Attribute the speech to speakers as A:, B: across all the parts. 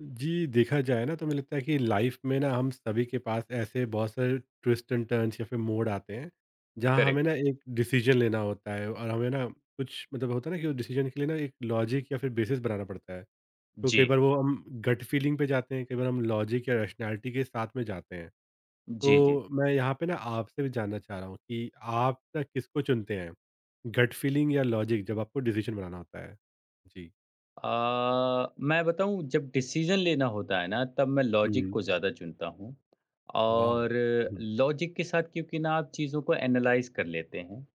A: जी, देखा जाए ना तो मुझे लगता है कि लाइफ में ना हम सभी के पास ऐसे बहुत सारे ट्विस्ट एंड टर्न्स या फिर मोड़ आते हैं, जहाँ हमें
B: करेक्ट।
A: ना एक डिसीजन लेना होता है और हमें ना कुछ मतलब होता है ना कि उस डिसीजन के लिए ना एक लॉजिक या फिर बेसिस बनाना पड़ता है। तो
B: जी।
A: कई बार वो हम गट फीलिंग पे जाते हैं, कई बार हम लॉजिक या रैशनैलिटी के साथ में जाते हैं।
B: जी, जी।
A: तो मैं यहाँ पे ना आपसे भी जानना चाह रहा हूँ कि आप ना किसको चुनते हैं? गट फीलिंग या लॉजिक जब आपको डिसीजन बनाना होता है? जी।
B: मैं बताऊँ जब डिसीज़न लेना होता है ना तब मैं लॉजिक
A: हुँ।
B: को ज़्यादा चुनता हूँ।
A: वाओ!
B: और
A: हुँ,
B: लॉजिक के साथ क्योंकि ना आप चीज़ों को एनालाइज़ कर लेते हैं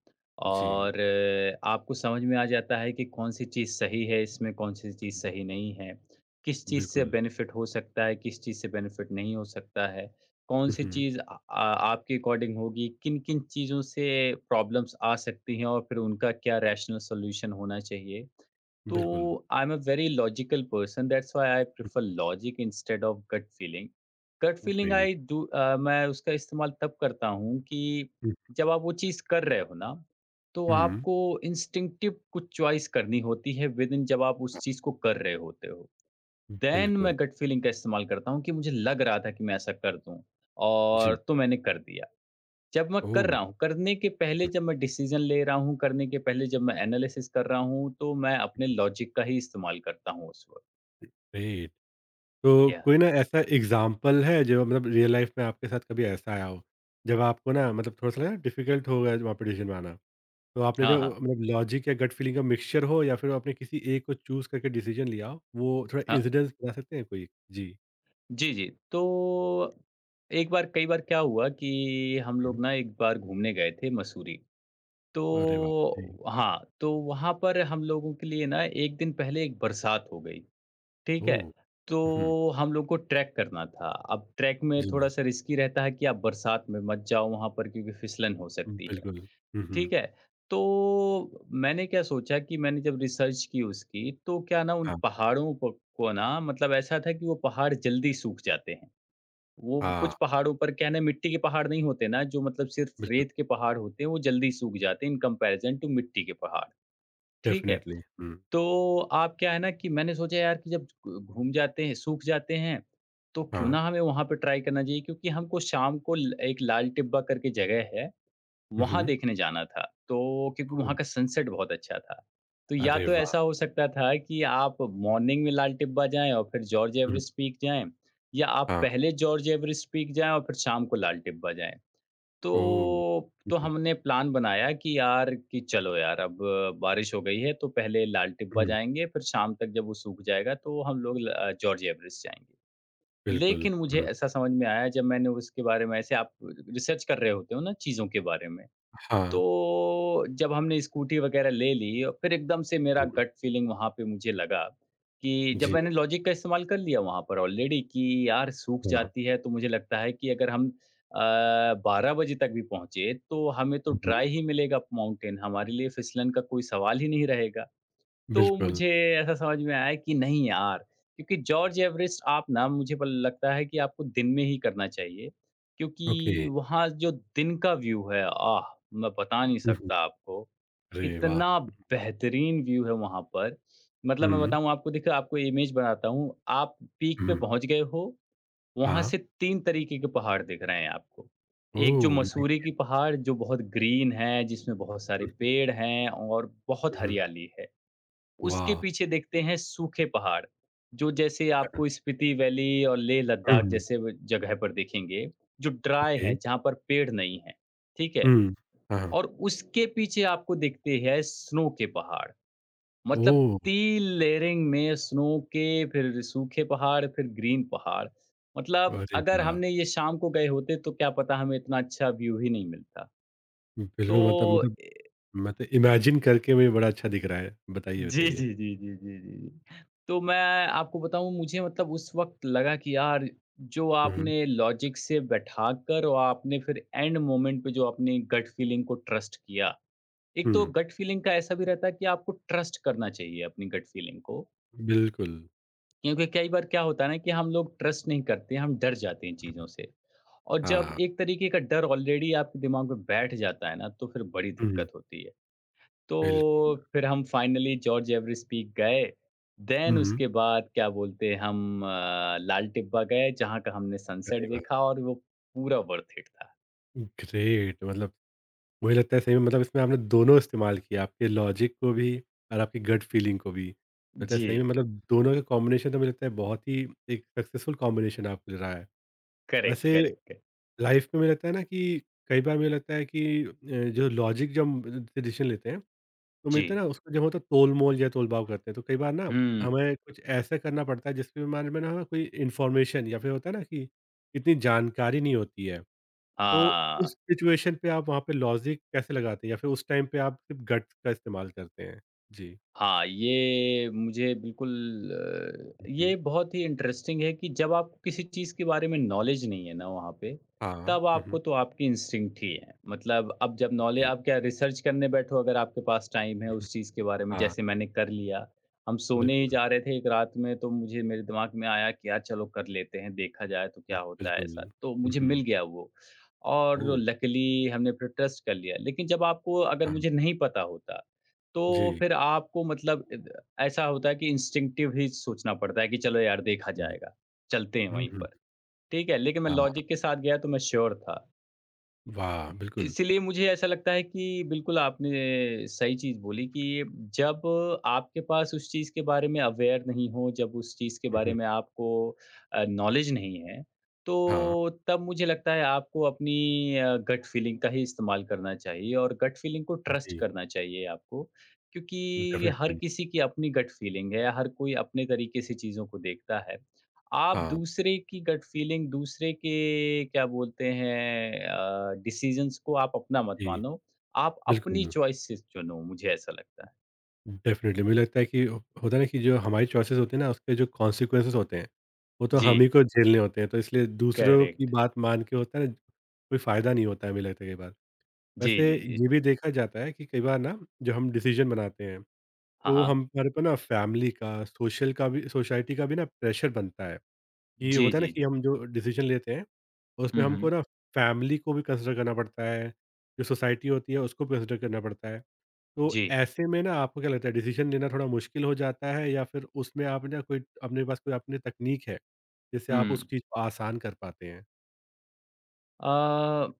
A: जी।
B: और आपको समझ में आ जाता है कि कौन-सी चीज़ सही है, इसमें कौन-सी चीज़ सही नहीं है। किस चीज़ से
A: बिल्कुल।
B: बेनिफ़िट हो सकता है, किस चीज़ से बेनिफ़िट नहीं हो सकता है।
A: हुँ,
B: कौन-सी
A: हुँ।
B: चीज़ आपके अकॉर्डिंग होगी, किन-किन चीज़ों से प्रॉब्लम्स आ सकती हैं और फिर उनका क्या रैशनल सॉल्यूशन होना चाहिए।
A: बिल्कुल,
B: So I'm a very logical person. That's why I prefer logic instead of gut feeling. Gut feeling I
A: great.
B: do मैं उसका इस्तेमाल तब करता हूँ कि जब आप वो चीज़ कर रहे हो ना, तो
A: हुँ, हुँ,
B: आपको इंस्टिंक्टिव कुछ चॉइस करनी होती है विद इन जब आप उस चीज़ को कर रहे होते हो। देन मैं
A: बिल्कुल।
B: गट फीलिंग का इस्तेमाल करता हूँ कि मुझे लग रहा था कि मैं ऐसा कर दूँ और
A: जी।
B: तो मैंने कर दिया। जब मैं कर रहा
A: ओह!
B: हूँ, करने के पहले जब मैं डिसीज़न ले रहा हूँ, करने के पहले जब मैं एनालिसिस कर रहा हूँ, तो मैं अपने लॉजिक का ही इस्तेमाल करता हूँ उस वक़्त।
A: ग्रेट। तो कोई
B: यस।
A: ना ऐसा एग्ज़ाम्पल है जो मतलब रियल लाइफ़ में आपके साथ कभी ऐसा आया हो? जब आपको ना मतलब थोड़ा-सा ना डिफ़िकल्ट हो गया वहाँ पे डिसीज़न बनाना। तो आपने
B: हाँ,
A: जो
B: हाँ।
A: मतलब लॉजिक या गट फीलिंग का मिक्सचर हो या फिर आपने किसी एक को चूज़ करके डिसीज़न लिया हो, वो थोड़ा
B: हाँ।
A: इंसिडेंस बता सकते हैं कोई? जी।
B: जी, जी। तो एक बार कई बार क्या हुआ कि हम
A: हुँ।
B: लोग ना एक बार घूमने गए थे मसूरी। तो
A: अरे वाह! जी।
B: हाँ, तो वहाँ पर हम लोगों के लिए ना 1 दिन पहले एक बरसात हो गई, ठीक है?
A: ओह! हुँ,
B: तो हम लोग को ट्रैक करना था। अब ट्रैक में
A: जी, जी।
B: थोड़ा-सा रिस्की रहता है कि आप बरसात में मत जाओ वहाँ पर क्योंकि फिसलन हो सकती है।
A: बिल्कुल। हुँ, हुँ।
B: ठीक है। तो मैंने क्या सोचा कि मैंने जब रिसर्च की उसकी, तो क्या ना उन
A: हाँ,
B: पहाड़ों को ना मतलब ऐसा था कि वो पहाड़ जल्दी सूख जाते हैं। वो
A: हाँ।
B: कुछ पहाड़ों पर क्या है ना मिट्टी के पहाड़ नहीं होते ना, जो मतलब सिर्फ़
A: बिल्कुल।
B: रेत के पहाड़ होते हैं, वो जल्दी सूख जाते हैं इन कंपैरिज़न टू मिट्टी के पहाड़, ठीक है।
A: डेफ़िनेटली, हुँ,
B: तो आप क्या है ना कि मैंने सोचा यार कि जब घ घूम जाते हैं, सूख जाते हैं, तो क्यों
A: हाँ,
B: ना हमें वहाँ पे ट्राई करना चाहिए क्योंकि हमको शाम को ल एक लाल टिब्बा करके जगह है।
A: हुँ,
B: वहाँ
A: हुँ,
B: देखने जाना था, तो क्योंकि
A: ओह!
B: वहाँ का सनसेट बहुत अच्छा था। तो या
A: अरे
B: तो
A: वाह!
B: ऐसा हो सकता था कि आप मॉर्निंग में लाल टिब्बा जाएँ और फिर जॉर्ज
A: हुँ,
B: एवरेस्ट पीक जाएँ या आप
A: हाँ,
B: पहले जॉर्ज एवरेस्ट पीक जाएँ और फिर शाम को लाल टिब्बा जाएँ।
A: ओह!
B: तो
A: हुँ,
B: तो
A: हुँ,
B: हमने प्लान बनाया कि यार कि चलो यार अब बारिश हो गई है तो पहले लाल टिब्बा
A: हुँ,
B: जाएँगे, फिर शाम तक जब वो सूख जाएगा तो हम लोग जॉर्ज एवरेस्ट जाएँगे।
A: बिल्कुल,
B: लेकिन मुझे
A: हुँ,
B: ऐसा समझ में आया जब मैंने उसके बारे में ऐसे आप रिसर्च कर रहे होते हो ना चीज़ों के बारे में,
A: हाँ,
B: तो जब हमने स्कूटी वगैरह ले ली और फिर एकदम से मेरा
A: हुँ,
B: गट फीलिंग वहाँ पे मुझे लगा कि जब
A: जी,
B: मैंने लॉजिक का इस्तेमाल कर लिया वहाँ पर ऑलरेडी कि यार सूख
A: हाँ,
B: जाती है तो मुझे लगता है कि अगर हम 12 बजे तक भी पहुँचे तो हमें तो
A: हुँ,
B: ड्राई ही मिलेगा माउंटेन हमारे लिए फिसलन का कोई सवाल ही नहीं रहेगा तो
A: बिल्कुल,
B: मुझे ऐसा समझ में आया कि नहीं यार, क्योंकि जॉर्ज एवरेस्ट आप ना मुझे बल लगता है कि आपको दिन में ही करना चाहिए, क्योंकि
A: ओके,
B: वहाँ जो दिन का व्यू है, आह! मैं बता नहीं
A: हुँ, हुँ,
B: सकता आपको,
A: अरे वाह!
B: इतना बेहतरीन व्यू है वहाँ पर। मतलब मैं
A: हुँ,
B: बताऊँ आपको देखिए आपको इमेज बनाता हूँ, आप पीक पे
A: हुँ,
B: पहुँच गए हो, वहाँ
A: हाँ,
B: से 3 तरीके के पहाड़ दिख रहे हैं आपको। एक जो
A: ओह माय
B: मसूरी की पहाड़ जो बहुत ग्रीन है, जिसमें बहुत सारे
A: गॉड!
B: पेड़ हैं और
A: हुँ,
B: बहुत
A: हुँ,
B: हरियाली है। उसके
A: वाह!
B: पीछे देखते हैं सूखे पहाड़, जो जैसे आपको स्पीति वैली और लेह लद्दाख
A: हुँ,
B: जैसे व जगह पर दिखेंगे, जो ड्राई
A: ओके,
B: हैं, जहाँ पर पेड़ नहीं हैं, ठीक है?
A: हुँ, हाँ,
B: और उसके पीछे आपको दिखते हैं स्नो के पहाड़, मतलब
A: ओह!
B: 3 लेयरिंग में स्नो के, फिर सूखे पहाड़, फिर ग्रीन पहाड़। मतलब
A: अरे
B: अगर
A: वाह!
B: हमने ये शाम को गए होते, तो क्या पता हमें इतना अच्छा व्यू ही नहीं मिलता। तो
A: बिल्कुल मतलब मतलब
B: ए
A: मतलब इमेजिन करके भी बड़ा अच्छा दिख रहा है, बताइए,
B: जी,
A: बताइए?
B: जी, जी, जी, जी, जी। जी। तो मैं आपको बताऊँ मुझे मतलब उस वक़्त लगा कि यार जो
A: हुँ, हुँ,
B: आपने लॉजिक से बैठाकर और आपने फिर एंड मोमेंट पे जो अपनी गट फीलिंग को ट्रस्ट किया। एक
A: हुँ,
B: तो गट फीलिंग का ऐसा भी रहता है कि आपको ट्रस्ट करना चाहिए अपनी गट फीलिंग को।
A: बिल्कुल,
B: क्योंकि कई बार क्या होता है ना कि हम लोग ट्रस्ट नहीं करते, हम डर जाते हैं चीज़ों से। और जब
A: हाँ,
B: एक तरीके का डर ऑलरेडी आपके दिमाग में बैठ जाता है ना, तो फिर बड़ी
A: हुँ,
B: दिक्कत होती है। तो
A: बिल्कुल।
B: फिर हम फाइनली जॉर्ज एवरेस्ट पीक गए। देन
A: हुँ।
B: उसके बाद क्या बोलते हैं हम लाल टिब्बा गए जहाँ का हमने
A: अरे
B: सनसेट
A: वाह!
B: देखा और वो पूरा वर्थ इट था।
A: ग्रेट मतलब मुझे लगता है सही में मतलब इसमें आपने दोनों इस्तेमाल किया, आपके लॉजिक को भी और आपकी गट फीलिंग को भी। लगता है
B: जी,
A: सही में मतलब दोनों का कॉम्बिनेशन तो मुझे लगता है बहुत ही एक सक्सेसफुल कॉम्बिनेशन आपके लिए रहा है।
B: करेक्ट,
A: वैसे
B: करेक्ट, करेक्ट।
A: लाइफ में मुझे लगता है ना कि कई बार मुझे लगता है कि जो लॉजिक जब हम डिसीज़न लेते हैं, तो मुझे
B: जी।
A: लगता है ना उसको जब होता है तोल-मोल या तोल-भाव करते हैं, तो कई बार ना
B: हुँ।
A: हमें कुछ ऐसा करना पड़ता है जिसके बारे में ना हमें कोई इन्फॉर्मेशन या फिर होता है ना कि इतनी जानकारी नहीं होती है। तो
B: हाँ।
A: उस सिचुएशन पे आप वहाँ पे लॉजिक कैसे लगाते हैं या फिर उस टाइम पे आप सिर्फ़ गट्स का इस्तेमाल करते हैं? जी।
B: हाँ, ये मुझे बिल्कुल
A: हुँ, हुँ।
B: ये बहुत ही इंटरेस्टिंग है कि जब आपको किसी चीज़ के बारे में नॉलेज नहीं है ना वहाँ पे,
A: हाँ।
B: तब
A: हुँ, हुँ।
B: आपको तो आपकी इंस्टिंक्ट ही है। मतलब अब जब नॉले
A: ओके।
B: आप क्या रिसर्च करने बैठो अगर आपके पास टाइम है
A: हुँ, हुँ।
B: उस चीज़ के बारे में,
A: हाँ,
B: जैसे मैंने कर लिया। हम सोने ही
A: बिल्कुल।
B: जा रहे थे एक रात में तो मुझे मेरे दिमाग में आया कि यार चलो कर लेते हैं, देखा जाए तो क्या होता है
A: बिल्कुल।
B: ऐसा। तो
A: हुँ,
B: मुझे
A: हुँ।
B: मिल गया वो और
A: ओह!
B: लकीली हमने फिर ट्रस्ट कर लिया। लेकिन जब आपको अगर
A: हाँ।
B: मुझे नहीं पता होता तो
A: जी।
B: फिर आपको मतलब इद ऐसा होता है कि इंस्टिंक्टिव ही सोचना पड़ता है कि चलो यार देखा
A: हुँ,
B: जाएगा, चलते हैं
A: हुँ,
B: वहीं
A: हुँ।
B: पर। ठीक है, लेकिन मैं
A: हाँ।
B: लॉजिक के साथ गया तो मैं श्योर था।
A: वाह! बिल्कुल।
B: इसलिए मुझे ऐसा लगता है कि बिल्कुल आपने सही चीज़ बोली कि जब आपके पास उस चीज़ के बारे में अवेयर नहीं हो, जब उस चीज़ के
A: हुँ,
B: बारे
A: हुँ।
B: में आपको नॉलेज नहीं है,
A: हाँ।
B: तो तब मुझे लगता है आपको अपनी गट फीलिंग का ही इस्तेमाल करना चाहिए और गट फीलिंग को ट्रस्ट
A: जी।
B: करना चाहिए आपको। क्योंकि हर
A: डेफ़िनिटली।
B: किसी की अपनी गट फीलिंग है, हर कोई अपने तरीके से चीज़ों को देखता है। आप
A: हाँ।
B: दूसरे की गट फीलिंग, दूसरे के क्या बोलते हैं डिसीज़न्स को आप अपना मत
A: जी,
B: मानो। आप अपनी
A: बिल्कुल।
B: चॉइसेस चुनो, मुझे ऐसा लगता है।
A: डेफ़िनिटली मुझे लगता है कि होता है ना कि जो हमारी चॉइसेस होती हैं ना उसके जो कॉन्सिक्वेंसेस होते हैं, वो तो
B: जी,
A: हम ही को झेलने होते हैं। तो इसलिए दूसरों की
B: करेक्ट।
A: बात मान के होता है ना, कोई फ़ायदा नहीं होता है मुझे लगता है कई बार।
B: जी,
A: वैसे
B: जी, जी।
A: ये भी देखा जाता है कि कई बार ना जो हम डिसीज़न बनाते हैं,
B: हाँ,
A: तो
B: हाँ।
A: हम हमारे पर ना फ़ैमिली का, सोशल का भी सोसाइटी का भी ना प्रेशर बनता है। ये
B: जी,
A: होता है ना
B: जी,
A: कि
B: जी।
A: हम जो डिसीज़न लेते हैं, उसमें
B: हुँ,
A: हमको
B: हुँ।
A: ना फ़ैमिली को भी कंसिडर करना पड़ता है, जो सोसाइटी होती है उसको भी कंसिडर करना पड़ता है। तो
B: जी।
A: ऐसे में ना आपको क्या लगता है डिसीज़न लेना थोड़ा मुश्किल हो जाता है या फिर उसमें आप ना कोई अपने पास कोई अपनी तकनीक है, जिससे आप उस
B: हुँ।
A: चीज़ को आसान कर पाते हैं?
B: अ,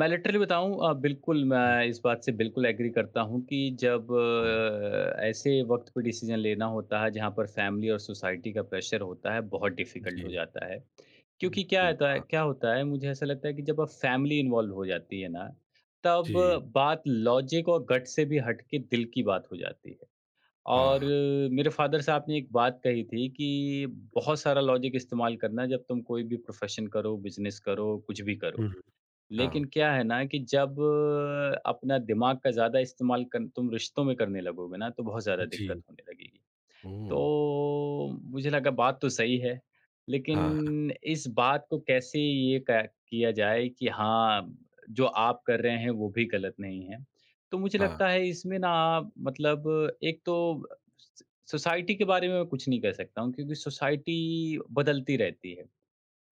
B: मैं लिटरली बताऊँ बिल्कुल
A: हुँ,
B: मैं इस बात से बिल्कुल एग्री करता हूँ कि जब
A: हाँ।
B: ऐसे वक़्त पे डिसीज़न लेना होता है, जहाँ पर फैमिली और सोसाइटी का प्रेशर होता है, बहुत डिफ़िकल्ट हो
A: जी,
B: जाता है। क्योंकि क्या
A: बिल्कुल,
B: होता है
A: हाँ।
B: क्या होता है मुझे ऐसा लगता है कि जब अब फैमिली इन्वॉल्व हो जाती है ना, तब
A: जी।
B: बात लॉजिक और गट से भी हट के दिल की बात हो जाती है। और
A: हाँ,
B: मेरे फ़ादर साहब ने एक बात कही थी कि बहुत सारा लॉजिक इस्तेमाल करना जब तुम कोई भी प्रोफ़ेशन करो, बिज़नेस करो, कुछ भी
A: हुँ,
B: करो।
A: हुँ।
B: लेकिन
A: हाँ।
B: क्या है ना कि जब अपना दिमाग का ज़्यादा इस्तेमाल कर तुम रिश्तों में करने लगोगे ना, तो बहुत ज़्यादा दिक्कत
A: जी,
B: होने लगेगी।
A: ओह!
B: तो मुझे लगा बात तो सही है,
A: हाँ,
B: लेकिन इस बात को कैसे ये क किया जाए कि हाँ, जो आप कर रहे हैं वो भी गलत नहीं है। तो मुझे
A: हाँ,
B: लगता है इसमें ना आप, मतलब एक तो स सोसाइटी के बारे में मैं कुछ नहीं कह सकता हूँ क्योंकि सोसाइटी बदलती रहती है।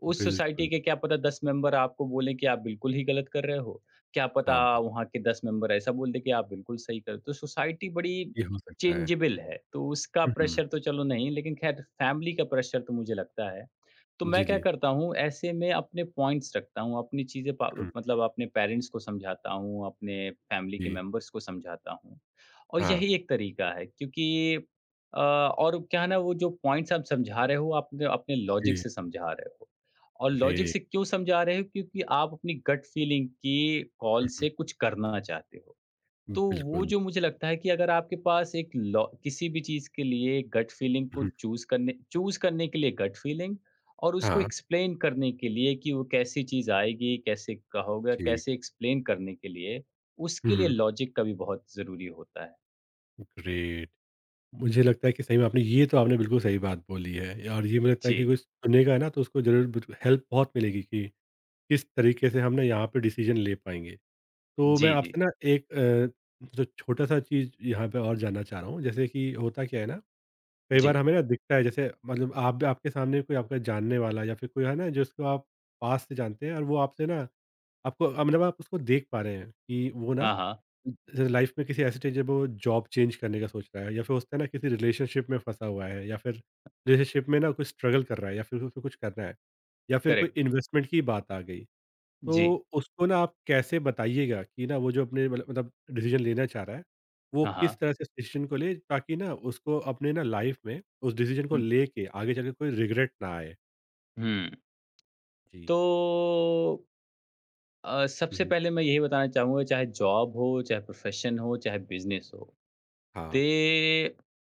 B: उस सोसाइटी
A: बिल्कुल,
B: के क्या पता 10 मेंबर आपको बोलें कि आप बिल्कुल ही गलत कर रहे हो। क्या पता
A: हाँ, हाँ।
B: वहाँ के 10 मेंबर ऐसा बोल दें कि आप बिल्कुल सही कर रहे हो। तो सोसाइटी बड़ी
A: ये हो सकता है।
B: चेंजेबल है, तो उसका
A: हुँ, हुँ।
B: प्रेशर तो चलो नहीं, लेकिन ख़ैर फैमिली का प्रेशर तो मुझे लगता है। तो
A: जी,
B: मैं क्या
A: जी।
B: करता हूँ, ऐसे में अपने पॉइंट्स रखता हूँ, अपनी चीज़ें पा
A: हुँ,
B: मतलब अपने पेरेंट्स को समझाता हूँ, अपने फैमिली के
A: जी,
B: मेंबर्स को समझाता हूँ। और
A: हाँ,
B: यही एक तरीका है क्योंकि और क्या है ना वो जो पॉइंट्स आप समझा रहे हो आपने अपने अपने लॉजिक
A: जी,
B: से समझा रहे हो और लॉजिक
A: ग्रेट।
B: से क्यों समझा रहे हो क्योंकि आप अपनी गट फीलिंग की कॉल
A: हुँ,
B: से कुछ करना चाहते हो
A: हुँ,
B: तो वो
A: बिल्कुल।
B: जो मुझे लगता है कि अगर आपके पास एक किसी भी चीज़ के लिए गट फीलिंग
A: हुँ,
B: को
A: हुँ,
B: चूज करने के लिए गट फीलिंग और उसको
A: हाँ,
B: एक्सप्लेन करने के लिए कि वो कैसी चीज़ आएगी कैसे कहोगे
A: जी।
B: कैसे एक्सप्लेन करने के लिए
A: हुँ,
B: उसके लिए
A: हुँ,
B: लॉजिक का भी बहुत ज़रूरी होता है
A: ग्रेट। मुझे लगता है कि सही में आपने ये तो आपने बिल्कुल सही बात बोली है और ये मुझे लगता है
B: जी।
A: कि कोई सुनेगा है ना तो उसको ज़रूर बिल्कुल हेल्प बहुत मिलेगी कि किस तरीके से हम ना यहाँ पे डिसीजन ले पाएँगे। तो मैं
B: जी, जी।
A: आपसे ना एक जो छोटा-सा चीज़ यहाँ पे और जानना चाह रहा हूँ जैसे कि होता क्या है ना, कई बार
B: जी।
A: हमें ना दिखता है जैसे मतलब आप आपके सामने कोई आपका जानने वाला या फिर कोई है ना जिसको आप पास से जानते हैं और वो आपसे ना आपको मतलब आप उसको देख पा रहे हैं कि वो ना
B: हाँ, हाँ।
A: जैसे लाइफ में किसी ऐसे स्टेज जब वो जॉब चेंज करने का सोच रहा है या फिर उसने ना किसी रिलेशनशिप में फंसा हुआ है या फिर रिलेशनशिप में ना कुछ स्ट्रगल कर रहा है या फिर उसको कुछ करना है या फिर कोई
B: करेक्ट।
A: इन्वेस्टमेंट की बात आ गई
B: जी।
A: तो उसको ना आप कैसे बताइएगा कि ना वो जो अपने मतलब डिसीजन लेना चाह रहा है वो
B: हाँ,
A: किस
B: हाँ।
A: तरह से डिसीजन को ले ताकि ना उसको अपने ना लाइफ में उस डिसीजन को
B: हुँ,
A: लेके आगे जाके कोई रिग्रेट ना आए।
B: हुँ।
A: जी।
B: तो सबसे
A: हम्म,
B: पहले मैं यही बताना चाहूँगा चाहे जॉब हो, चाहे प्रोफ़ेशन हो, चाहे बिज़नेस हो,
A: हाँ।
B: They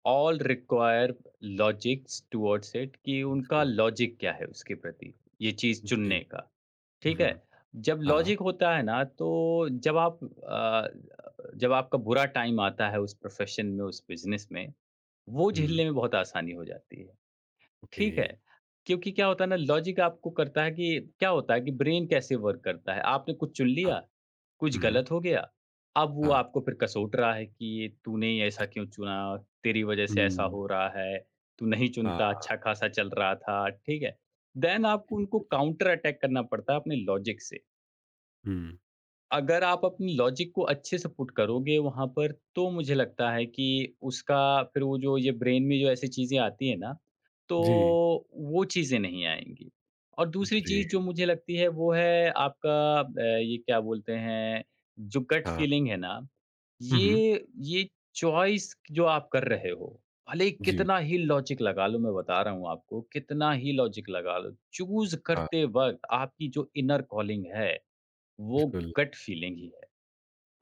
B: all require logics towards it कि उनका
A: बिल्कुल।
B: लॉजिक क्या है उसके प्रति, ये चीज़
A: जी।
B: चुनने का, ठीक है?
A: हम्म,
B: जब
A: हाँ।
B: लॉजिक होता है ना तो जब आप जब आपका बुरा टाइम आता है उस प्रोफ़ेशन में, उस बिज़नेस में, वो
A: हम्म,
B: झेलने में बहुत आसानी हो जाती है।
A: ओके।
B: ठीक है। क्योंकि क्या होता है ना लॉजिक आपको करता है कि क्या होता है कि ब्रेन कैसे वर्क करता है। आपने कुछ चुन
A: हाँ।
B: लिया, कुछ
A: हम्म,
B: गलत हो गया, अब वो
A: हाँ।
B: आपको फिर कसोट रहा है कि ये तूने ही ऐसा क्यों चुना? तेरी वज़ह से ऐसा
A: हम्म,
B: हो रहा है, तू नहीं
A: हाँ,
B: चुनता, अच्छा-खासा चल रहा था, ठीक है? देन आपको उनको
A: हुँ,
B: काउंटर अटैक करना पड़ता है अपने लॉजिक से।
A: हुँ।
B: अगर आप अपनी लॉजिक को अच्छे से पुट करोगे वहाँ पर, तो मुझे लगता है कि उसका फिर वो जो ये ब्रेन में जो ऐसी चीज़ें आती हैं ना,
A: जी,
B: तो वो चीज़ें नहीं आएँगी। और दूसरी चीज़
A: ग्रेट।
B: जो मुझे लगती है वो है आपका ये क्या बोलते हैं, जो गट
A: हाँ।
B: फीलिंग है ना,
A: हुँ, हुँ।
B: ये चॉइस जो आप कर रहे हो, भले ही
A: जी,
B: कितना ही लॉजिक लगा लो, मैं बता रहा हूँ आपको, कितना ही लॉजिक लगा लो, चूज़
A: हाँ,
B: करते वक़्त आपकी जो इनर कॉलिंग है वो
A: बिल्कुल,
B: गट फीलिंग ही है।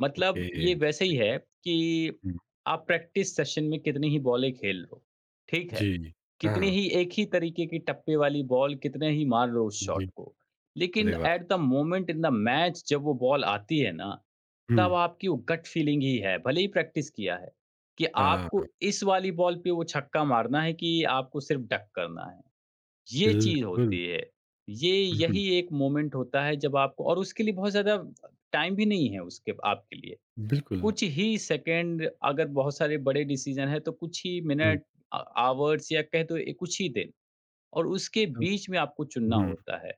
B: मतलब
A: ओके।
B: ये वैसे ही है कि
A: हुँ,
B: आप प्रैक्टिस सेशन में कितनी ही बॉलें खेल लो, ठीक है?
A: जी,
B: कितनी
A: हाँ,
B: ही एक ही तरीके की टप्पे वाली बॉल कितने ही मार लो उस शॉट
A: जी।
B: को। लेकिन
A: अरे वाह!
B: At the moment in the match जब वो बॉल आती है ना,
A: हुँ,
B: तब आपकी वो गट फीलिंग ही है, भले ही प्रैक्टिस किया है, कि
A: हाँ,
B: आपको इस वाली बॉल पे वो छक्का मारना है कि आपको सिर्फ़ डक करना है। ये चीज़
A: बिल्कुल।
B: होती है। ये
A: हुँ, हुँ,
B: यही एक मोमेंट होता है जब आपको और उसके लिए बहुत ज़्यादा टाइम भी नहीं है उसके आपके लिए।
A: बिल्कुल।
B: कुछ ही सेकंड अगर बहुत सारे बड़े डिसीज़न हैं तो कुछ ही
A: हुँ,
B: मिनट आवर्स या कह दो कुछ ही दिन और उसके
A: और
B: बीच में आपको चुनना
A: हुँ,
B: होता है।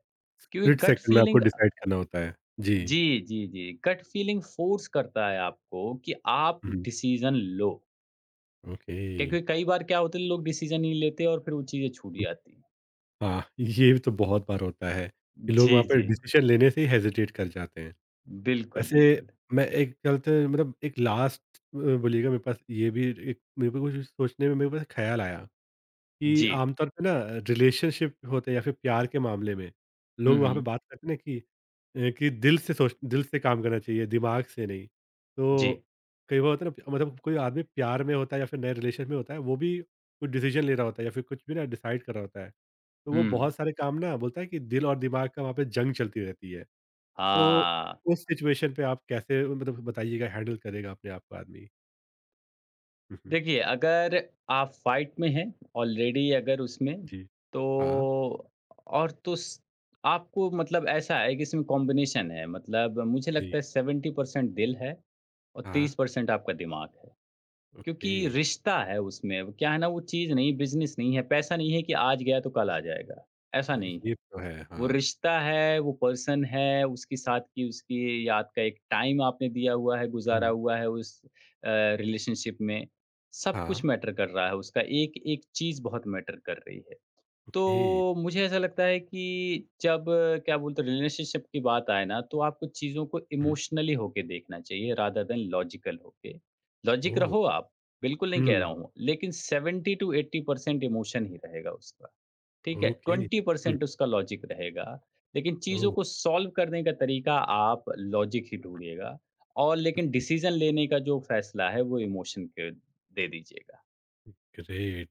B: क्योंकि
A: स्प्लिट
B: गट
A: सेकंड में आपको
B: फीलिंग
A: डिसाइड करना होता है। जी,
B: जी, जी, जी। गट फीलिंग फ़ोर्स करता है आपको कि आप
A: हुँ,
B: डिसीज़न लो।
A: ओके।
B: क्योंकि कई बार क्या होता है लोग डिसीज़न नहीं लेते और फिर वो चीज़ें छूट
A: हुँ,
B: जाती हैं।
A: हाँ, ये तो बहुत बार होता है कि लोग
B: जी,
A: वहाँ पे
B: जी।
A: डिसीज़न लेने से ही हेजिटेट कर जाते हैं।
B: बिल्कुल,
A: वैसे
B: बिल्कुल।
A: मैं एक चलते मतलब एक लास्ट अ, बोलिएगा मेरे पास ये भी एक मेरे को कुछ सोचने में मेरे पास ख़्याल आया कि
B: जी।
A: आमतौर पे ना रिलेशनशिप होते हैं या फिर प्यार के मामले में,
B: हुँ,
A: लोग वहाँ पे
B: हुँ।
A: बात करते हैं ना कि कि दिल से सोच दिल से काम करना चाहिए, दिमाग से नहीं।
B: जी।
A: तो कई बार होता है ना मतलब कोई आदमी प्यार में होता है या फिर नए रिलेशन में होता है, वो भी कुछ डिसीज़न ले रहा होता है या फिर कुछ भी ना डिसाइड कर रहा होता है। तो वो
B: हुँ।
A: बहुत सारे काम ना बोलता है कि दिल और दिमाग का वहाँ पे जंग चलती रहती है। तो
B: हाँ,
A: उस सिचुएशन पे आप कैसे मतलब बताइएगा हैंडल करेगा अपने आप को आदमी? हुँ, हुँ।
B: देखिए अगर आप फ़ाइट में हैं ऑलरेडी अगर उसमें
A: जी।
B: तो
A: हाँ।
B: और तो स आपको मतलब ऐसा है कि इसमें कॉम्बिनेशन है मतलब मुझे
A: जी।
B: लगता है 70% दिल है और
A: हाँ,
B: 30% आपका दिमाग है।
A: ओके।
B: क्योंकि रिश्ता है उसमें, वो क्या है ना वो चीज़ नहीं बिज़नेस नहीं है, पैसा नहीं है कि आज गया तो कल आ जाएगा, ऐसा
A: हाँ,
B: नहीं
A: ये
B: है।
A: तो है,
B: वो
A: हाँ।
B: रिश्ता है, वो पर्सन है, उसके साथ की उसकी याद का एक टाइम आपने दिया हुआ है, गुज़ारा
A: हुँ।
B: हुआ है उस रिलेशनशिप में, सब
A: हाँ,
B: कुछ मैटर कर रहा है, उसका एक-एक चीज़ बहुत मैटर कर रही है।
A: ओके।
B: तो मुझे ऐसा लगता है कि जब क्या बोलते हैं रिलेशनशिप की बात आए ना, तो आपको चीज़ों को
A: हुँ,
B: इमोशनली होके देखना चाहिए रादर देन लॉजिकल होके। Logic
A: oh!
B: रहो आप, बिल्कुल नहीं कह रहा
A: हुँ,
B: हूँ, लेकिन 70 टू 80% इमोशन ही रहेगा उसका। ठीक है
A: ओके। हुँ,
B: 20% उसका लॉजिक रहेगा लेकिन चीज़ों
A: ओह!
B: को सॉल्व करने का तरीका आप लॉजिक ही ढूँढिएगा और लेकिन
A: ओके,
B: डिसीज़न लेने का जो फ़ैसला है वो इमोशन के दे दीजिएगा।
A: ग्रेट।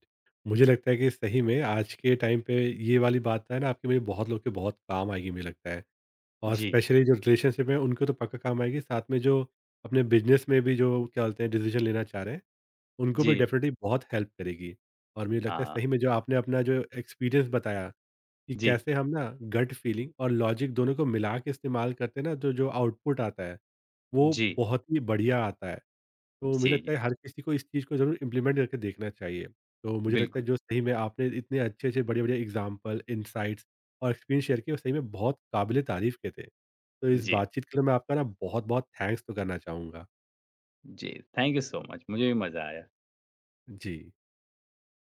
A: मुझे लगता है कि सही में आज के टाइम पे ये वाली बात है ना आपकी मुझे बहुत लोग के बहुत काम आएगी मुझे लगता है। और
B: जी,
A: स्पेशली जो रिलेशनशिप में उनको तो पक्का काम आएगी, साथ में जो अपने बिज़नेस में भी जो क्या बोलते हैं डिसीज़न लेना चाह रहे हैं उनको भी
B: जी।
A: डेफ़िनेटली बहुत हेल्प करेगी। और मुझे लगता है
B: हाँ,
A: सही में जो आपने अपना जो एक्सपीरियंस बताया कि
B: जी,
A: कैसे हम ना गट फीलिंग और लॉजिक दोनों को मिला के इस्तेमाल करते हैं ना तो जो आउटपुट आता है, वो
B: जी,
A: बहुत ही बढ़िया आता है। तो मुझे
B: जी,
A: लगता
B: जी।
A: है हर किसी को इस चीज़ को ज़रूर इम्प्लीमेंट करके देखना चाहिए। तो मुझे लगता है
B: बिल्कुल,
A: जो सही में आपने इतने अच्छे-अच्छे बढ़िया-बढ़िया एग्ज़ाम्पल, इनसाइट्स और एक्सपीरियंस शेयर किए वो सही में बहुत काबिल-ए-तारीफ़ के थे। तो इस
B: जी,
A: बातचीत के लिए मैं आपका ना बहुत-बहुत थैंक्स तो करना चाहूँगा।
B: जी। Thank you so much. मुझे भी मज़ा आया।
A: जी।